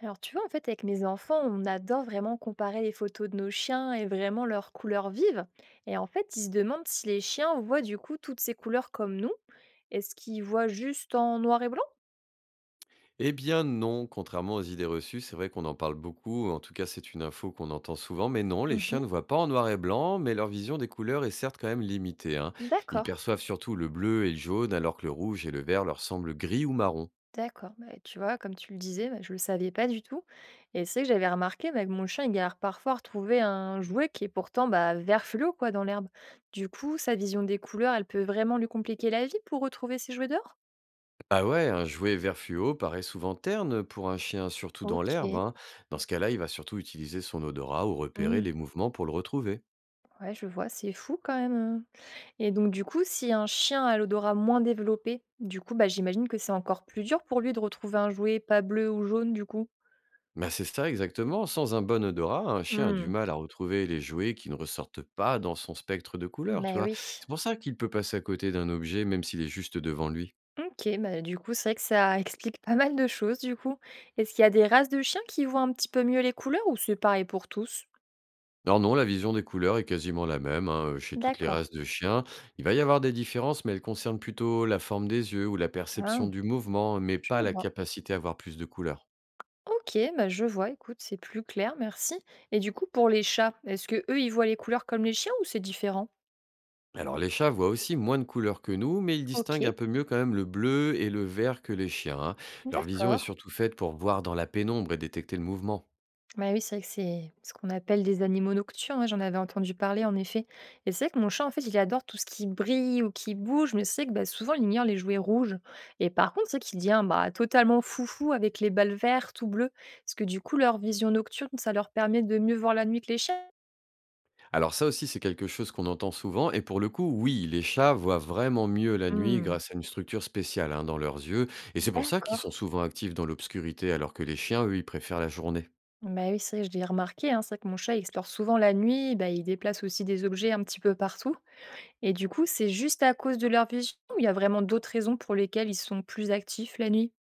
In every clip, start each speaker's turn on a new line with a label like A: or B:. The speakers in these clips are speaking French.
A: Alors tu vois, en fait, avec mes enfants, on adore vraiment comparer les photos de nos chiens et vraiment leurs couleurs vives. Et en fait, ils se demandent si les chiens voient du coup toutes ces couleurs comme nous. Est-ce qu'ils voient juste en noir et blanc?
B: Eh bien non, contrairement aux idées reçues, c'est vrai qu'on en parle beaucoup, en tout cas c'est une info qu'on entend souvent, mais non, les chiens
A: Mhm.
B: ne voient pas en noir et blanc, mais leur vision des couleurs est certes quand même limitée, hein. Ils
A: D'accord,
B: perçoivent surtout le bleu et le jaune, alors que le rouge et le vert leur semblent gris ou marron.
A: d'accord. Bah, tu vois, comme tu le disais, bah, je le savais pas du tout. Et c'est vrai que j'avais remarqué bah, que mon chien, il galère parfois à retrouver un jouet qui est pourtant bah, vert fluo quoi, dans l'herbe. Du coup, sa vision des couleurs, elle peut vraiment lui compliquer la vie pour retrouver ses jouets dehors?
B: Ah ouais, un jouet vert fluo paraît souvent terne pour un chien, surtout dans l'herbe,
A: Ok.
B: hein. Dans ce cas-là, il va surtout utiliser son odorat ou repérer les mouvements pour le retrouver.
A: Ouais, je vois, c'est fou quand même, et donc du coup, si un chien a l'odorat moins développé, du coup, bah, j'imagine que c'est encore plus dur pour lui de retrouver un jouet pas bleu ou jaune, du coup?
B: Bah, c'est ça exactement. Sans un bon odorat, un chien a du
A: Mmh.
B: mal à retrouver les jouets qui ne ressortent pas dans son spectre de couleurs, tu
A: Beh
B: vois.
A: oui.
B: C'est pour ça qu'il peut passer à côté d'un objet même s'il est juste devant lui.
A: OK, bah, du coup, c'est vrai que ça explique pas mal de choses, du coup. Est-ce qu'il y a des races de chiens qui voient un petit peu mieux les couleurs ou c'est pareil pour tous?
B: Alors non, la vision des couleurs est quasiment la même hein, chez toutes les
A: D'accord.
B: races de chiens. Il va y avoir des différences, mais elles concernent plutôt la forme des yeux ou la
A: Ah,
B: perception du mouvement, mais
A: je
B: pas la
A: vois.
B: capacité à voir plus de couleurs.
A: OK, bah, je vois, écoute, c'est plus clair, merci et du coup, pour les chats, est-ce que eux, ils voient les couleurs comme les chiens ou c'est différent?
B: Alors les chats voient aussi moins de couleurs que nous, mais ils distinguent
A: OK.
B: un peu mieux quand même le bleu et le vert que les chiens, hein. Leur vision est
A: D'accord.
B: surtout faite pour voir dans la pénombre et détecter le mouvement.
A: Bah oui, c'est vrai que c'est ce qu'on appelle des animaux nocturnes, ouais, j'en avais entendu parler en effet. Et c'est vrai que mon chat, en fait, il adore tout ce qui brille ou qui bouge, mais c'est vrai que bah, souvent, il ignore les jouets rouges. Et par contre, c'est qu'il devient bah, totalement foufou avec les balles vertes ou bleues, parce que du coup, leur vision nocturne, ça leur permet de mieux voir la nuit que les chiens.
B: Alors ça aussi, c'est quelque chose qu'on entend souvent et pour le coup, oui, les chats voient vraiment mieux la nuit
A: Hmm,
B: grâce à une structure spéciale hein, dans leurs yeux, et c'est pour ça qu'ils
A: d'accord.
B: sont souvent actifs dans l'obscurité alors que les chiens, eux, ils préfèrent la journée.
A: Bah oui, c'est vrai, je l'ai remarqué, hein, c'est vrai que mon chat il explore souvent la nuit, bah, il déplace aussi des objets un petit peu partout. Et du coup, c'est juste à cause de leur vision ou il y a vraiment d'autres raisons pour lesquelles ils sont plus actifs la nuit?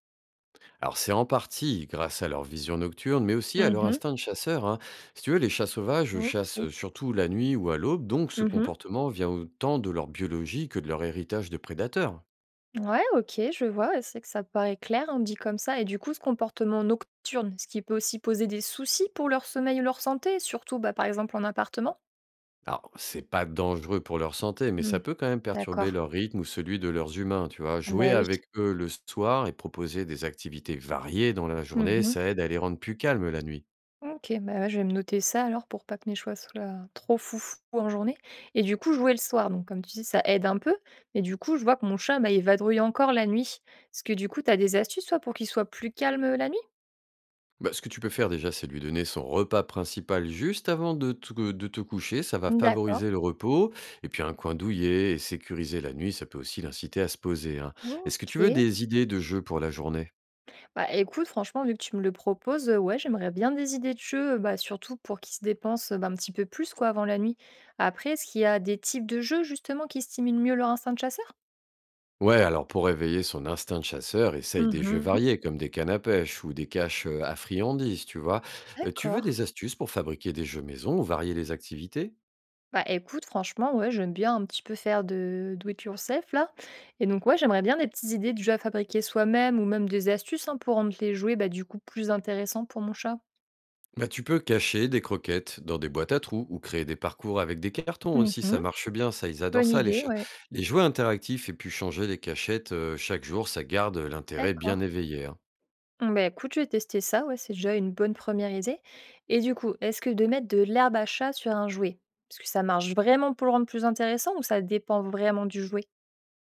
B: Alors c'est en partie grâce à leur vision nocturne mais aussi à
A: Mmh
B: leur
A: mh.
B: instinct de chasseur, hein. Si tu veux, les chats sauvages chassent
A: OK.
B: surtout la nuit ou à l'aube, donc ce
A: Mmh mh.
B: comportement vient autant de leur biologie que de leur héritage de prédateurs.
A: Ouais, OK, je vois. Ouais, c'est que ça paraît clair, hein, dit comme ça et du coup, ce comportement nocturne, ce qui peut aussi poser des soucis pour leur sommeil ou leur santé, surtout, bah, par exemple, en appartement?
B: Alors, c'est pas dangereux pour leur santé, mais ça
A: Mmh,
B: peut quand même perturber
A: d'accord.
B: leur rythme ou celui de leurs humains, tu vois.
A: Eh
B: Jouer
A: beh, oui.
B: avec eux le soir et proposer des activités variées dans la
A: Mmh
B: journée,
A: mh.
B: ça aide à les rendre plus calmes la nuit.
A: OK, bah, ouais, je vais me noter ça alors pour pas que mes choix soient trop foufou en journée et du coup, jouer le soir, donc comme tu dis, ça aide un peu, mais du coup, je vois que mon chat, bah, il vadrouille encore la nuit. Est-ce que du coup, tu as des astuces, toi, pour qu'il soit plus calme, la nuit?
B: Bah, ce que tu peux faire déjà, c'est lui donner son repas principal juste avant de te coucher, ça va
A: D'accord,
B: favoriser le repos, et puis un coin douillet et sécuriser la nuit, ça peut aussi l'inciter à se poser, hein. Est-ce que tu veux
A: OK.
B: des idées de jeux pour la journée?
A: Bah, écoute, franchement, vu que tu me le proposes, ouais, j'aimerais bien des idées de jeux, bah, surtout pour qu'ils se dépensent, bah, un petit peu plus, quoi, avant la nuit. Après, est-ce qu'il y a des types de jeux, justement, qui stimulent mieux leur instinct de chasseur?
B: Ouais, alors pour réveiller son instinct de chasseur, essaye des jeux
A: Mmh.
B: variés comme des cannes à pêche ou des caches à friandises, tu vois. Tu veux
A: D'accord.
B: des astuces pour fabriquer des jeux maison ou varier les activités?
A: Bah, écoute, franchement, ouais, j'aime bien un petit peu faire de do it yourself, là et donc, ouais, j'aimerais bien des petites idées de jeux à fabriquer soi-même ou même des astuces, hein, pour rendre les jouets, bah, du coup, plus intéressants pour mon chat.
B: Bah, tu peux cacher des croquettes dans des boîtes à trous ou créer des parcours avec des cartons aussi, ça
A: Mmh.
B: marche bien, ça, ils adorent
A: Bonne
B: ça les
A: idée,
B: chats.
A: ouais.
B: Les jouets interactifs et puis changer les cachettes chaque jour, ça garde l'intérêt
A: D'accord.
B: bien éveillé, hein.
A: Mmh, bah, écoute, je vais tester ça, ouais, c'est déjà une bonne première idée. Et du coup, est-ce que de mettre de l'herbe à chat sur un jouet, est-ce que ça marche vraiment pour le rendre plus intéressant ou ça dépend vraiment du jouet?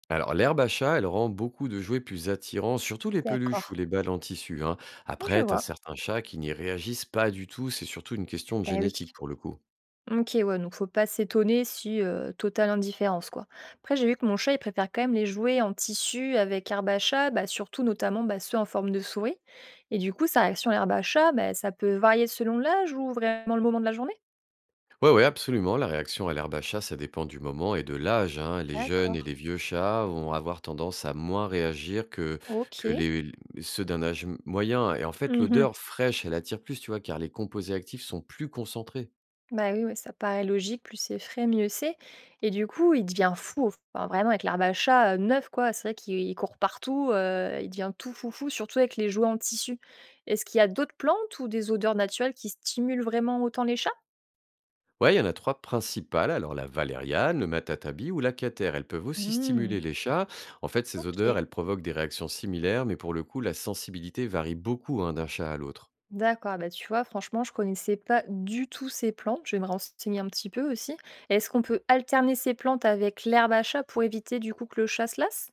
B: Alors, l'herbe à chat, elle rend beaucoup de jouets plus attirants, surtout les
A: D'accord.
B: peluches ou les balles en tissu, hein.
A: Mmh, je
B: Après, t'as
A: vois.
B: certains chats qui n'y réagissent pas du tout, c'est surtout une question de
A: Bah oui.
B: génétique pour le coup.
A: OK, ouais, donc faut pas s'étonner si totale indifférence, quoi. Après, j'ai vu que mon chat, il préfère quand même les jouets en tissu avec herbe à chat, bah, surtout notamment bah, ceux en forme de souris. Et du coup, sa réaction à l'herbe à chat, bah, ça peut varier selon l'âge ou vraiment le moment de la journée?
B: Ouais, ouais, absolument. La réaction à l'herbe à chat, ça dépend du moment et de l'âge, hein. Les jeunes
A: D'accord.
B: et les vieux chats vont avoir tendance à moins réagir que, que
A: OK.
B: les, ceux d'un âge moyen. Et en fait,
A: Mhm.
B: l'odeur fraîche, elle attire plus, tu vois, car les composés actifs sont plus concentrés.
A: Bah, oui, oui, ça paraît logique, plus c'est frais, mieux c'est et du coup, il devient fou, enfin vraiment avec l'herbe à chat, neuf quoi, c'est vrai qu'il il court partout, il devient tout foufou, surtout avec les jouets en tissu. Est-ce qu'il y a d'autres plantes ou des odeurs naturelles qui stimulent vraiment autant les chats?
B: Ouais, il y en a trois principales. Alors la valériane, le matatabi ou la catère. Elles peuvent aussi
A: Mmh.
B: stimuler les chats. En fait, ces
A: OK.
B: odeurs, elles provoquent des réactions similaires, mais pour le coup, la sensibilité varie beaucoup hein, d'un chat à l'autre.
A: D'accord, bah, tu vois, franchement, je connaissais pas du tout ces plantes, je vais me renseigner un petit peu aussi. Est-ce qu'on peut alterner ces plantes avec l'herbe à chat pour éviter du coup que le chat se lasse?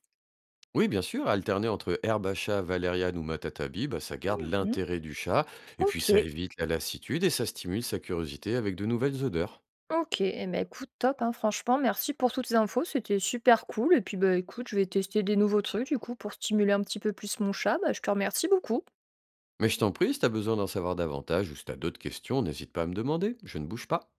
B: Oui, bien sûr, alterner entre herbe à chat, valériane ou matatabi, bah, ça garde
A: Mmh.
B: l'intérêt du chat, et puis ça
A: OK.
B: évite la lassitude et ça stimule sa curiosité avec de nouvelles odeurs.
A: OK, eh ben, écoute, top, hein, franchement, merci pour toutes ces infos, c'était super cool. Et puis, bah, écoute, je vais tester des nouveaux trucs, du coup, pour stimuler un petit peu plus mon chat. Bah, je te remercie beaucoup.
B: Mais je t'en prie, si t'as besoin d'en savoir davantage ou si t'as d'autres questions, n'hésite pas à me demander, je ne bouge pas.